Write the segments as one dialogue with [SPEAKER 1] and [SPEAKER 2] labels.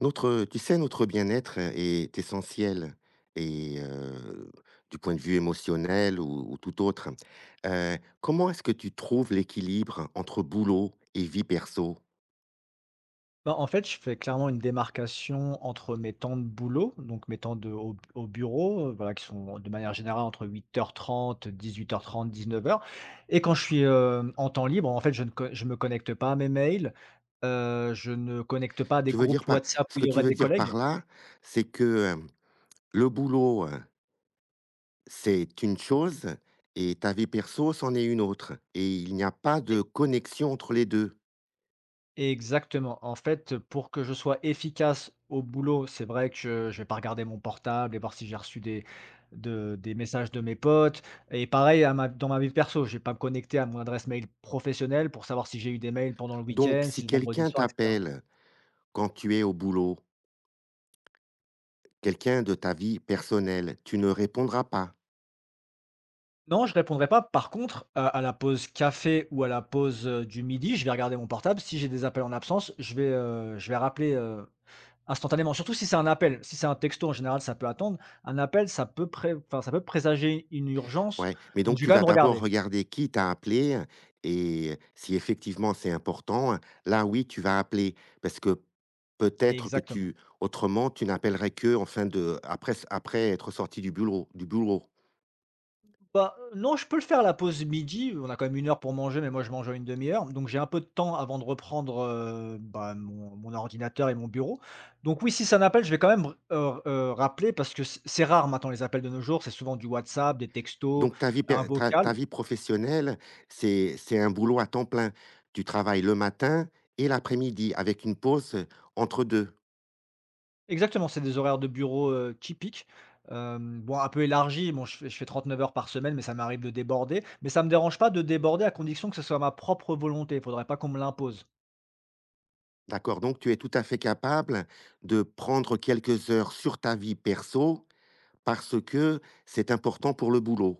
[SPEAKER 1] Notre notre bien-être est essentiel et du point de vue émotionnel ou tout autre, hein. Comment est-ce que tu trouves l'équilibre entre boulot et vie perso?
[SPEAKER 2] Bah, en fait, je fais clairement une démarcation entre mes temps de boulot, donc mes temps au bureau, voilà, qui sont de manière générale entre 8h30, 18h30, 19h. Et quand je suis en temps libre, en fait, je ne co- je me connecte pas à mes mails, je ne connecte pas à des
[SPEAKER 1] Tu veux dire
[SPEAKER 2] groupes
[SPEAKER 1] par
[SPEAKER 2] WhatsApp
[SPEAKER 1] Ce
[SPEAKER 2] où il
[SPEAKER 1] que
[SPEAKER 2] y
[SPEAKER 1] tu
[SPEAKER 2] aurait
[SPEAKER 1] veux
[SPEAKER 2] des
[SPEAKER 1] dire
[SPEAKER 2] collègues.
[SPEAKER 1] par là, c'est que, le boulot, c'est une chose et ta vie perso, c'en est une autre et il n'y a pas de connexion entre les 2.
[SPEAKER 2] Exactement. En fait, pour que je sois efficace au boulot, c'est vrai que je vais pas regarder mon portable et voir si j'ai reçu des messages de mes potes, et pareil à ma dans ma vie perso, je ne vais pas me connecter à mon adresse mail professionnelle pour savoir si j'ai eu des mails pendant le
[SPEAKER 1] Donc
[SPEAKER 2] week-end,
[SPEAKER 1] si
[SPEAKER 2] si le vendredi
[SPEAKER 1] quelqu'un
[SPEAKER 2] soir, et cetera.
[SPEAKER 1] t'appelle quand tu es au boulot, quelqu'un de ta vie personnelle, tu ne répondras pas.
[SPEAKER 2] Non, je répondrai pas. Par contre, à la pause café ou à la pause, du midi, je vais regarder mon portable. Si j'ai des appels en absence, je vais rappeler, instantanément. Surtout si c'est un appel. Si c'est un texto, en général, ça peut attendre. Un appel, ça peut présager une urgence,
[SPEAKER 1] Ouais, mais
[SPEAKER 2] donc
[SPEAKER 1] donc
[SPEAKER 2] je vais
[SPEAKER 1] tu
[SPEAKER 2] quand
[SPEAKER 1] vas
[SPEAKER 2] même
[SPEAKER 1] d'abord
[SPEAKER 2] regarder.
[SPEAKER 1] regarder qui t'a appelé et si effectivement c'est important, là oui, tu vas appeler parce que peut-être que
[SPEAKER 2] Exactement.
[SPEAKER 1] tu autrement, tu n'appellerais que en fin de, après, être sorti du bureau.
[SPEAKER 2] Bah, non, je peux le faire la pause midi, on a quand même une heure pour manger, mais moi je mange en une demi heure, donc j'ai un peu de temps avant de reprendre, bah, mon ordinateur et mon bureau. Donc oui, si c'est un appel, je vais quand même r rappeler parce que c'est rare maintenant les appels de nos jours, c'est souvent du WhatsApp, des textos,
[SPEAKER 1] Donc ta vie
[SPEAKER 2] un
[SPEAKER 1] per ta
[SPEAKER 2] vocal.
[SPEAKER 1] ta vie professionnelle, c'est un boulot à temps plein. Tu travailles le matin et l'après-midi avec une pause entre 2.
[SPEAKER 2] Exactement, c'est des horaires de bureau, typiques. Bon un peu élargi. Bon, je fais 39 heures par semaine, mais ça m'arrive de déborder, mais ça me dérange pas de déborder à condition que ce soit ma propre volonté. Il faudrait pas qu'on me l'impose.
[SPEAKER 1] D'accord, donc tu es tout à fait capable de prendre quelques heures sur ta vie perso parce que c'est important pour le boulot.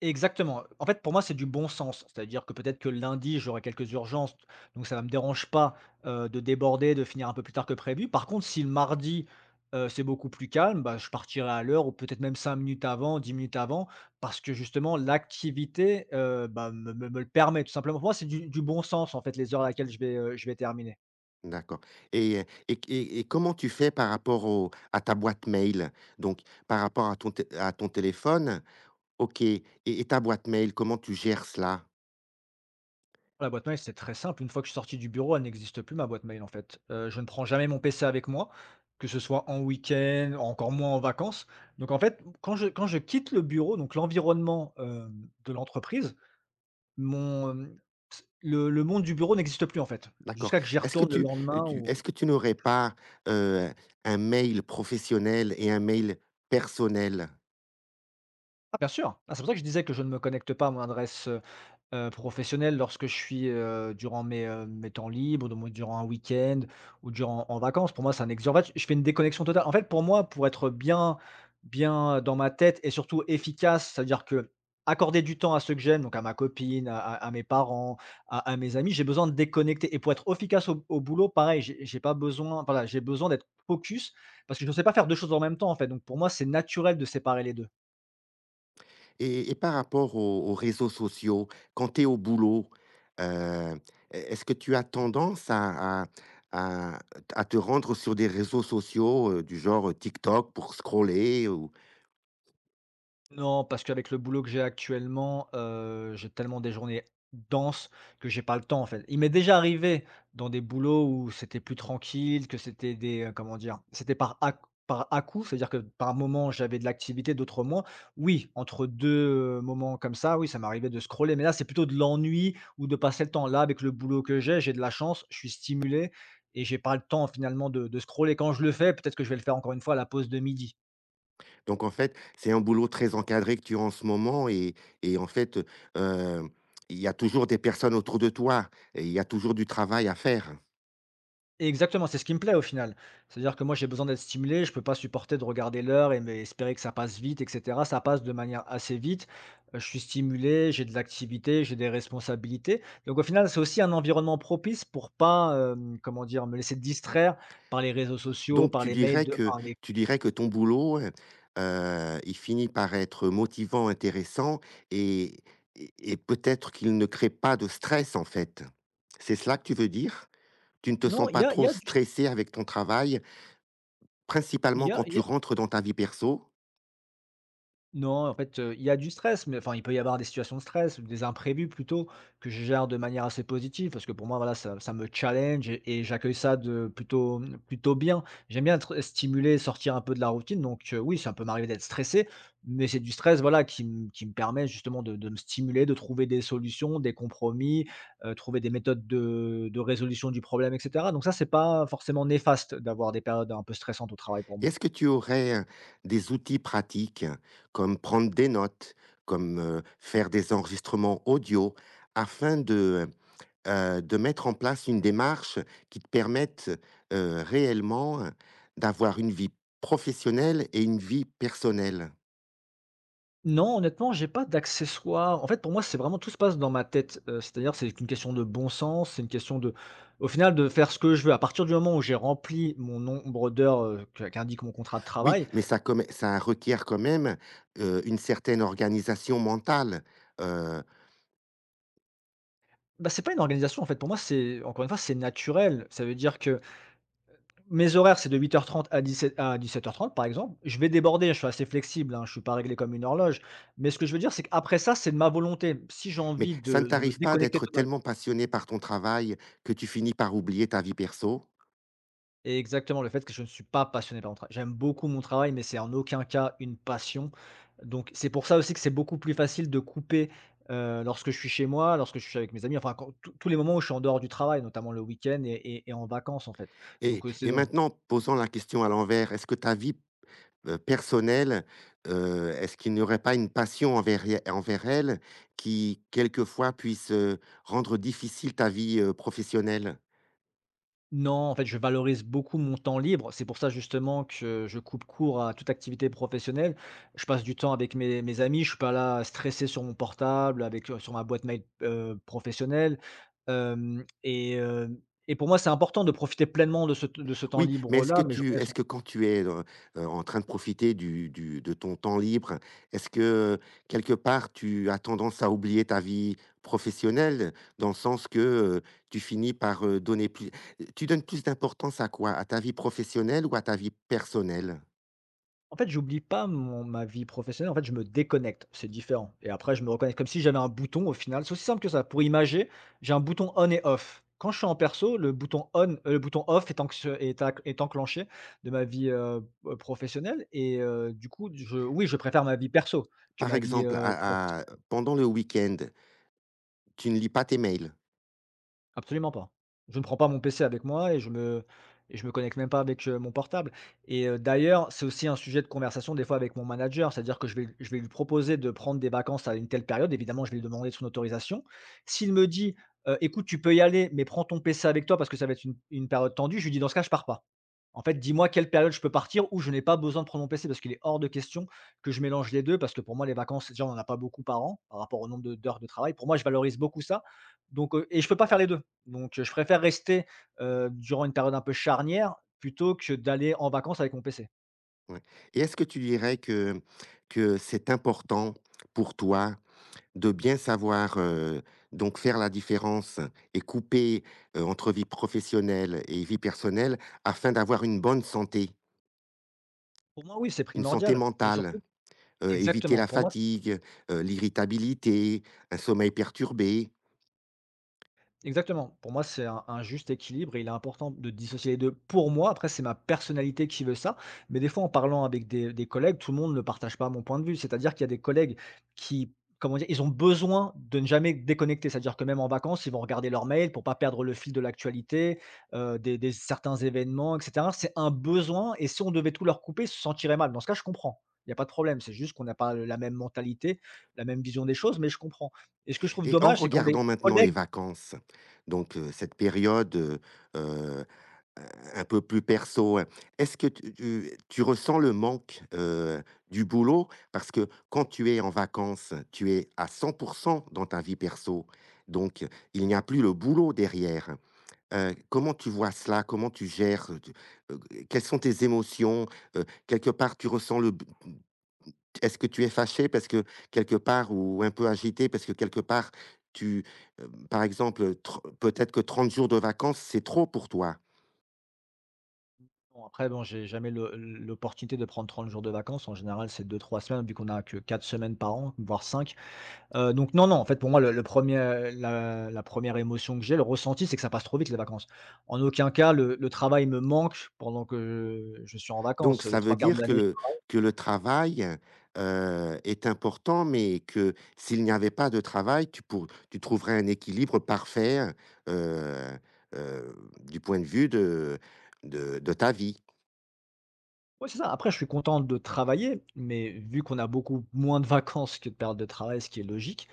[SPEAKER 2] Exactement. En fait, pour moi, c'est du bon sens. C'est-à-dire que peut-être que lundi, j'aurai quelques urgences, donc ça ne me dérange pas, de déborder, de finir un peu plus tard que prévu. Par contre, si le mardi, c'est beaucoup plus calme, bah, je partirai à l'heure ou peut-être même 5 minutes avant, 10 minutes avant, parce que justement l'activité, bah, me le permet tout simplement. Pour moi, c'est du bon sens, en fait, les heures à laquelle je vais terminer.
[SPEAKER 1] D'accord. Et, et comment tu fais par rapport au à ta boîte mail? Donc par rapport à ton té à ton téléphone, OK, et ta boîte mail, comment tu gères cela?
[SPEAKER 2] La boîte mail, c'est très simple. Une fois que je suis sorti du bureau, elle n'existe plus, ma boîte mail, en fait. Je ne prends jamais mon PC avec moi, que ce soit en week-end, encore moins en vacances. Donc en fait, quand je quitte le bureau, donc l'environnement, de l'entreprise, mon, hem, le monde du bureau n'existe plus, en fait,
[SPEAKER 1] D'accord.
[SPEAKER 2] jusqu'à que j'y
[SPEAKER 1] Est-ce que
[SPEAKER 2] retourne le
[SPEAKER 1] tu
[SPEAKER 2] lendemain ou...
[SPEAKER 1] Est-ce que tu n'aurais pas, heu, un mail professionnel et un mail personnel?
[SPEAKER 2] Ah, bien sûr! Ah, c'est pour ça que je disais que je ne me connecte pas à mon adresse, professionnel lorsque je suis, durant mes temps libres, donc durant un week-end ou durant en vacances. Pour moi, c'est un ex en fait, je fais une déconnexion totale. En fait, pour moi, pour être bien bien dans ma tête et surtout efficace, c'est-à-dire que accorder du temps à ceux que j'aime, donc à ma copine, à mes parents, à mes amis, j'ai besoin de déconnecter et pour être efficace au boulot, pareil, j'ai pas besoin, enfin, voilà, j'ai besoin d'être focus parce que je ne sais pas faire 2 choses en même temps, en fait, donc pour moi, c'est naturel de séparer les deux.
[SPEAKER 1] Et par rapport aux réseaux sociaux, quand tu es au boulot, heu, est ce que tu as tendance à à te rendre sur des réseaux sociaux, du genre, TikTok pour scroller ou
[SPEAKER 2] Non, parce qu'avec le boulot que j'ai actuellement, j'ai tellement des journées denses que j'ai pas le temps, en fait. Il m'est déjà arrivé dans des boulots où c'était plus tranquille, que c'était comment dire? C'était par à-coups, c'est-à-dire que par moment j'avais de l'activité, d'autres moins. Oui, entre 2 moments comme ça, oui, ça m'arrivait de scroller, mais là, c'est plutôt de l'ennui ou de passer le temps. Là, avec le boulot que j'ai de la chance, je suis stimulé et j'ai pas le temps finalement de scroller. Quand je le fais, peut-être que je vais le faire encore une fois à la pause de midi.
[SPEAKER 1] donc en fait, c'est un boulot très encadré que tu as en ce moment et en fait, heu, il y a toujours des personnes autour de toi et il y a toujours du travail à faire?
[SPEAKER 2] Exactement, c'est ce qui me plaît au final. C'est-à-dire que moi j'ai besoin d'être stimulé, je peux pas supporter de regarder l'heure et mais espérer que ça passe vite, et cetera. Ça passe de manière assez vite. Je suis stimulé, j'ai de l'activité, j'ai des responsabilités. Donc au final, c'est aussi un environnement propice pour pas, comment dire? Me laisser distraire par les réseaux sociaux,
[SPEAKER 1] Donc
[SPEAKER 2] par
[SPEAKER 1] tu
[SPEAKER 2] les mails,
[SPEAKER 1] dirais
[SPEAKER 2] de
[SPEAKER 1] que
[SPEAKER 2] par les
[SPEAKER 1] Tu dirais que ton boulot, il finit par être motivant, intéressant et peut-être qu'il ne crée pas de stress, en fait? C'est cela que tu veux dire? Tu ne te
[SPEAKER 2] non,
[SPEAKER 1] sens pas
[SPEAKER 2] il y
[SPEAKER 1] trop
[SPEAKER 2] a du
[SPEAKER 1] stressé avec ton travail,
[SPEAKER 2] il
[SPEAKER 1] principalement
[SPEAKER 2] y a
[SPEAKER 1] quand
[SPEAKER 2] il y
[SPEAKER 1] tu
[SPEAKER 2] a...
[SPEAKER 1] rentres dans ta vie perso?
[SPEAKER 2] Non, en fait, il y a du stress, mais enfin, il peut y avoir des situations de stress ou des imprévus plutôt que je gère de manière assez positive parce que pour moi, voilà, ça me challenge et j'accueille ça plutôt bien. J'aime bien être stimulé, sortir un peu de la routine, donc oui, ça peut m'arriver d'être stressé, mais c'est du stress, voilà, qui me permet justement de me stimuler, de trouver des solutions, des compromis, trouver des méthodes de résolution du problème, et cetera. Donc ça, c'est pas forcément néfaste d'avoir des périodes un peu stressantes au travail pour moi.
[SPEAKER 1] Est-ce que tu aurais, des outils pratiques, comme prendre des notes, comme, faire des enregistrements audio afin de mettre en place une démarche qui te permette, réellement, d'avoir une vie professionnelle et une vie personnelle?
[SPEAKER 2] Non, honnêtement, j'ai pas d'accessoires. En fait, pour moi, c'est vraiment tout se passe dans ma tête. C'est-à-dire, c'est une question de bon sens, c'est une question de au final, de faire ce que je veux. À partir du moment où j'ai rempli mon nombre d'heures, que qu'indique mon contrat de
[SPEAKER 1] Oui,
[SPEAKER 2] travail...
[SPEAKER 1] mais ça, comme ça requiert quand même, une certaine organisation mentale, heu,
[SPEAKER 2] Bah, c'est pas une organisation, en fait. Pour moi, c'est encore une fois, c'est naturel. Ça veut dire que mes horaires, c'est de huit heures trente à dix-sept heures trente, par exemple. Je vais déborder, je suis assez flexible, hein, je suis pas réglé comme une horloge. Mais ce que je veux dire, c'est qu'après ça, c'est de ma volonté. Si j'ai
[SPEAKER 1] mais
[SPEAKER 2] envie
[SPEAKER 1] ça ne
[SPEAKER 2] de me
[SPEAKER 1] t'arrive pas
[SPEAKER 2] déconnecter
[SPEAKER 1] d'être
[SPEAKER 2] totalement...
[SPEAKER 1] tellement passionné par ton travail que tu finis par oublier ta vie perso?
[SPEAKER 2] Exactement, le fait que je ne suis pas passionné par mon travail. J'aime beaucoup mon travail, mais c'est en aucun cas une passion. Donc c'est pour ça aussi que c'est beaucoup plus facile de couper, lorsque je suis chez moi, lorsque je suis avec mes amis, enfin quand tous les moments où je suis en dehors du travail, notamment le week-end et en vacances, en fait.
[SPEAKER 1] Et
[SPEAKER 2] Donc, c'est long.
[SPEAKER 1] maintenant, posons la question à l'envers, est-ce que ta vie, personnelle, est-ce qu'il n'y aurait pas une passion envers elle qui quelquefois puisse, rendre difficile ta vie, professionnelle?
[SPEAKER 2] Non, en fait, je valorise beaucoup mon temps libre. C'est pour ça justement que je coupe court à toute activité professionnelle. Je passe du temps avec mes amis. Je suis pas là stressé sur mon portable, avec sur ma boîte mail, professionnelle. Euh, et, euh, et pour moi, c'est important de profiter pleinement de ce temps
[SPEAKER 1] Oui, mais
[SPEAKER 2] libre-là, mais je reste...
[SPEAKER 1] est-ce que quand tu es, en train de profiter du de ton temps libre, est-ce que, quelque part, tu as tendance à oublier ta vie professionnelle? Dans le sens que, tu finis par, donner plus, tu donnes plus d'importance à quoi? À ta vie professionnelle ou à ta vie personnelle?
[SPEAKER 2] En fait, j'oublie pas mon ma vie professionnelle, en fait, je me déconnecte, c'est différent, et après je me reconnecte comme si j'avais un bouton. Au final, c'est aussi simple que ça. Pour imager, j'ai un bouton on et off. Quand je suis en perso, le bouton on, le bouton off est anx est ac est enclenché de ma vie, professionnelle et du coup, je oui, je préfère ma vie perso que
[SPEAKER 1] Par
[SPEAKER 2] ma vie,
[SPEAKER 1] exemple,
[SPEAKER 2] pro.
[SPEAKER 1] à pendant le week-end, tu ne lis pas tes mails?
[SPEAKER 2] Absolument pas. Je ne prends pas mon PC avec moi, et je me connecte même pas avec, mon portable, et d'ailleurs, c'est aussi un sujet de conversation des fois avec mon manager, c'est-à-dire que je vais lui proposer de prendre des vacances à une telle période. Évidemment, je vais lui demander son autorisation. S'il me dit: Écoute, tu peux y aller, mais prends ton PC avec toi parce que ça va être une période tendue», je lui dis: «Dans ce cas, je pars pas». En fait, dis-moi quelle période je peux partir où je n'ai pas besoin de prendre mon PC parce qu'il est hors de question que je mélange les deux, parce que pour moi les vacances, déjà, on en a pas beaucoup par an par rapport au nombre de d'heures de travail. Pour moi, je valorise beaucoup ça, donc et je peux pas faire les 2. Donc, je préfère rester, durant une période un peu charnière plutôt que d'aller en vacances avec mon PC.
[SPEAKER 1] Ouais, et est-ce que tu dirais que c'est important pour toi de bien savoir, donc faire la différence et couper, entre vie professionnelle et vie personnelle afin d'avoir une bonne santé,
[SPEAKER 2] Pour moi, oui, c'est
[SPEAKER 1] une santé
[SPEAKER 2] primordial et
[SPEAKER 1] mentale,
[SPEAKER 2] surtout
[SPEAKER 1] éviter
[SPEAKER 2] exactement.
[SPEAKER 1] la
[SPEAKER 2] Pour moi...
[SPEAKER 1] fatigue, l'irritabilité, un sommeil perturbé.
[SPEAKER 2] Exactement. Pour moi, c'est un juste équilibre et il est important de dissocier les deux. Pour moi, après, c'est ma personnalité qui veut ça. Mais des fois, en parlant avec des collègues, tout le monde ne partage pas mon point de vue. C'est-à-dire qu'il y a des collègues qui, comment dire, ils ont besoin de ne jamais déconnecter. C'est-à-dire que même en vacances, ils vont regarder leur mail pour pas perdre le fil de l'actualité, des certains événements, etc. C'est un besoin. Et si on devait tout leur couper, ils se sentiraient mal. Dans ce cas, je comprends. Il n'y a pas de problème. C'est juste qu'on n'a pas la même mentalité, la même vision des choses, mais je comprends. Et ce que je trouve
[SPEAKER 1] Et en
[SPEAKER 2] dommage, c'est quand
[SPEAKER 1] regardant
[SPEAKER 2] des
[SPEAKER 1] maintenant les
[SPEAKER 2] collègues.
[SPEAKER 1] vacances, donc cette période, un peu plus perso, hein. Est-ce que tu tu tu ressens le manque, du boulot? Parce que quand tu es en vacances, tu es à 100% dans ta vie perso, donc il n'y a plus le boulot derrière. Comment tu vois cela? Comment tu gères, tu heu, Quelles sont tes émotions? Quelque part, tu ressens le b Est-ce que tu es fâché parce que quelque part, ou un peu agité parce que quelque part tu, par exemple, tr peut-être que 30 jours de vacances, c'est trop pour toi?
[SPEAKER 2] Bon, après, bon, j'ai jamais le l'opportunité de prendre 30 jours de vacances. En général, c'est deux, trois semaines, vu qu'on a que 4 semaines par an, voire 5. Donc non, non, en fait, pour moi, le 1er, la 1re émotion que j'ai, le ressenti, c'est que ça passe trop vite les vacances. En aucun cas, le travail me manque pendant que je suis en
[SPEAKER 1] Donc
[SPEAKER 2] vacances. Les
[SPEAKER 1] ça veut
[SPEAKER 2] trois quarts de
[SPEAKER 1] dire
[SPEAKER 2] l'année.
[SPEAKER 1] que le travail, est important, mais que s'il n'y avait pas de travail, tu trouverais un équilibre parfait, heu heu, du point de vue de de ta vie.
[SPEAKER 2] Ouais, c'est ça. Après, je suis content de travailler, mais vu qu'on a beaucoup moins de vacances que de périodes de travail, ce qui est logique,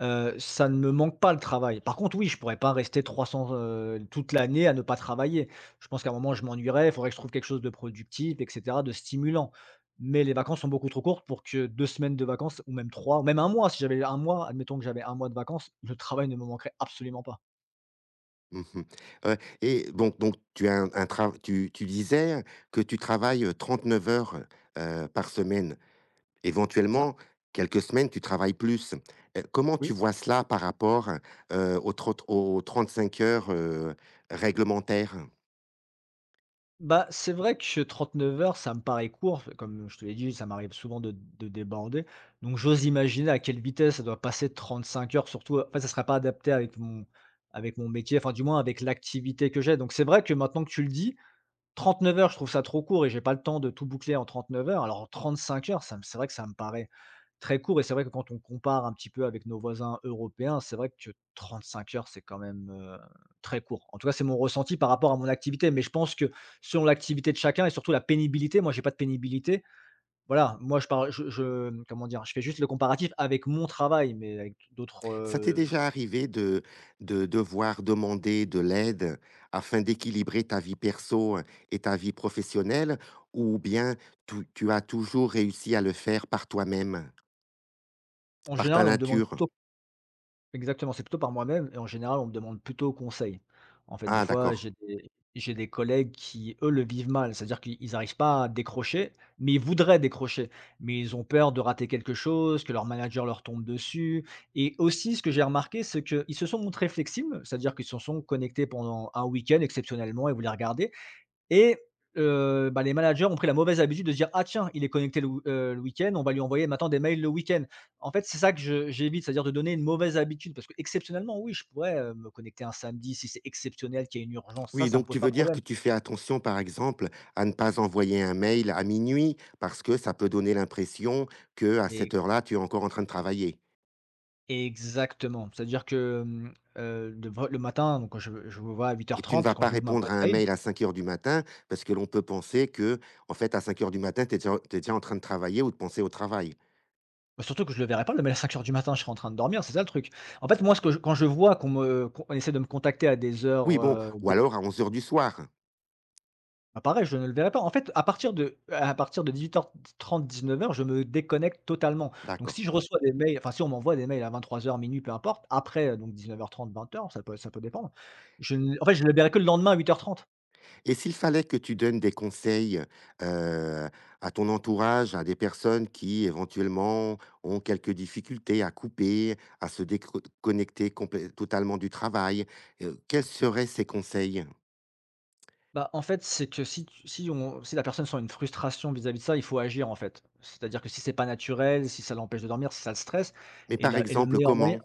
[SPEAKER 2] ça ne me manque pas le travail. Par contre, oui, je pourrais pas rester 300, toute l'année à ne pas travailler. Je pense qu'à un moment, je m'ennuierais, il faudrait que je trouve quelque chose de productif et cetera, de stimulant. Mais les vacances sont beaucoup trop courtes pour que 2 semaines de vacances ou même 3, ou même un mois, si j'avais un mois, admettons que j'avais un mois de vacances, le travail ne me manquerait absolument pas.
[SPEAKER 1] Mmh mh. Euh, donc tu as un trav tu tu disais que tu travailles, 39 heures, par semaine.
[SPEAKER 2] C'est ça?
[SPEAKER 1] Éventuellement, quelques semaines, tu travailles plus. Comment tu
[SPEAKER 2] Oui?
[SPEAKER 1] vois cela par rapport, aux 35 heures, réglementaires?
[SPEAKER 2] Bah, c'est vrai que 39 heures, ça me paraît court. Comme je te l'ai dit, ça m'arrive souvent de déborder. Donc j'ose imaginer à quelle vitesse ça doit passer 35 heures surtout, en fait, ça ne serait pas adapté avec mon métier, enfin, du moins avec l'activité que j'ai. Donc c'est vrai que maintenant que tu le dis, 39 heures, je trouve ça trop court et j'ai pas le temps de tout boucler en 39 heures. Alors en 35 heures, ça me c'est vrai que ça me paraît très court. Et c'est vrai que quand on compare un petit peu avec nos voisins européens, c'est vrai que 35 heures, c'est quand même, très court. En tout cas, c'est mon ressenti par rapport à mon activité, mais je pense que selon l'activité de chacun et surtout la pénibilité, moi j'ai pas de pénibilité. Voilà, moi je parle comment dire? Je fais juste le comparatif avec mon travail, mais avec d'autres,
[SPEAKER 1] Ça t'est déjà arrivé de devoir demander de l'aide afin d'équilibrer ta vie perso, et ta vie professionnelle, ou bien tu as toujours réussi à le faire par toi-même,
[SPEAKER 2] en
[SPEAKER 1] par ta
[SPEAKER 2] général, on me demande
[SPEAKER 1] nature?
[SPEAKER 2] plutôt. Exactement, c'est plutôt par moi-même et en général, on me demande plutôt conseil. En fait, des
[SPEAKER 1] Ah,
[SPEAKER 2] fois,
[SPEAKER 1] d'accord.
[SPEAKER 2] j'ai des collègues qui, eux, le vivent mal, c'est-à-dire qu'ils n'arrivent pas à décrocher, mais ils voudraient décrocher, mais ils ont peur de rater quelque chose, que leur manager leur tombe dessus. Et aussi, ce que j'ai remarqué, c'est qu'ils se sont montrés flexibles, c'est-à-dire qu'ils se sont connectés pendant un week-end exceptionnellement et voulaient regarder, et bah, les managers ont pris la mauvaise habitude de se dire: «Ah tiens, il est connecté le week-end, on va lui envoyer maintenant des mails le week-end». En fait, c'est ça que je j'évite, c'est-à-dire de donner une mauvaise habitude parce que exceptionnellement oui, je pourrais, me connecter un samedi si c'est exceptionnel, qu'il y a une urgence, ça,
[SPEAKER 1] Oui,
[SPEAKER 2] ça me
[SPEAKER 1] donc tu
[SPEAKER 2] pose pas
[SPEAKER 1] veux dire
[SPEAKER 2] problème.
[SPEAKER 1] que tu fais attention, par exemple, à ne pas envoyer un mail à minuit parce que ça peut donner l'impression que, à cette
[SPEAKER 2] Et
[SPEAKER 1] heure-là, tu es encore en train de travailler.
[SPEAKER 2] exactement. C'est-à-dire que, de vrai le matin, donc quand je me vois à huit
[SPEAKER 1] Et
[SPEAKER 2] heures
[SPEAKER 1] tu ne vas
[SPEAKER 2] trente quand
[SPEAKER 1] pas
[SPEAKER 2] j'ouvre ma
[SPEAKER 1] répondre
[SPEAKER 2] boîte
[SPEAKER 1] à un
[SPEAKER 2] mail,
[SPEAKER 1] mail à 5 heures du matin parce que l'on peut penser que, en fait, à 5 heures du matin, t'es déjà en train de travailler ou de penser au travail.
[SPEAKER 2] bah, surtout que je le verrai pas le mail à 5 heures du matin, je serai en train de dormir, c'est ça le truc. En fait, moi, ce que je quand je vois qu'on essaie de me contacter à des
[SPEAKER 1] Oui,
[SPEAKER 2] heures,
[SPEAKER 1] bon,
[SPEAKER 2] heu
[SPEAKER 1] ou alors à 11 heures du soir.
[SPEAKER 2] Bah, pareil, je ne le verrai pas. En fait, à partir de dix-huit dix-neuf heures trente dix-neuf heures je me déconnecte totalement. Donc
[SPEAKER 1] D'accord.
[SPEAKER 2] si je reçois des mails, enfin si on m'envoie des mails à 23 heures minuit, peu importe, après, donc 19h30, 20 heures ça peut dépendre. Je ne en fait, je ne le verrai que le lendemain à 8h30.
[SPEAKER 1] Et s'il fallait que tu donnes des conseils, heu, à ton entourage, à des personnes qui éventuellement ont quelques difficultés à couper, à se déconnecter connecter totalement du travail, quels seraient ces conseils?
[SPEAKER 2] Bah, en fait, c'est que si tu si on si la personne sent une frustration vis-à-vis de ça, il faut agir en fait. C'est-à-dire que si c'est pas naturel, si ça l'empêche de dormir, si ça le stresse
[SPEAKER 1] Mais par
[SPEAKER 2] et le
[SPEAKER 1] exemple,
[SPEAKER 2] meilleur moyen.
[SPEAKER 1] comment?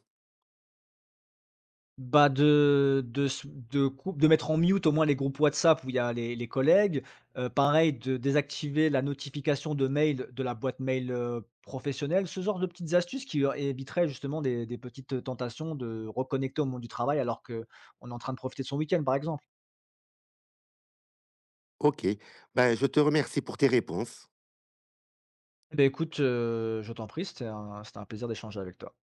[SPEAKER 2] Bah, de s de coupe de mettre en mute au moins les groupes WhatsApp où il y a les collègues. Pareil de désactiver la notification de mail de la boîte mail, professionnelle. Ce genre de petites astuces qui leur éviteraient justement des petites, tentations de reconnecter au monde du travail alors qu'on est en train de profiter de son week-end, par exemple.
[SPEAKER 1] OK, ben, je te remercie pour tes réponses.
[SPEAKER 2] Eh ben écoute, je t'en prie, c'était un plaisir d'échanger avec toi.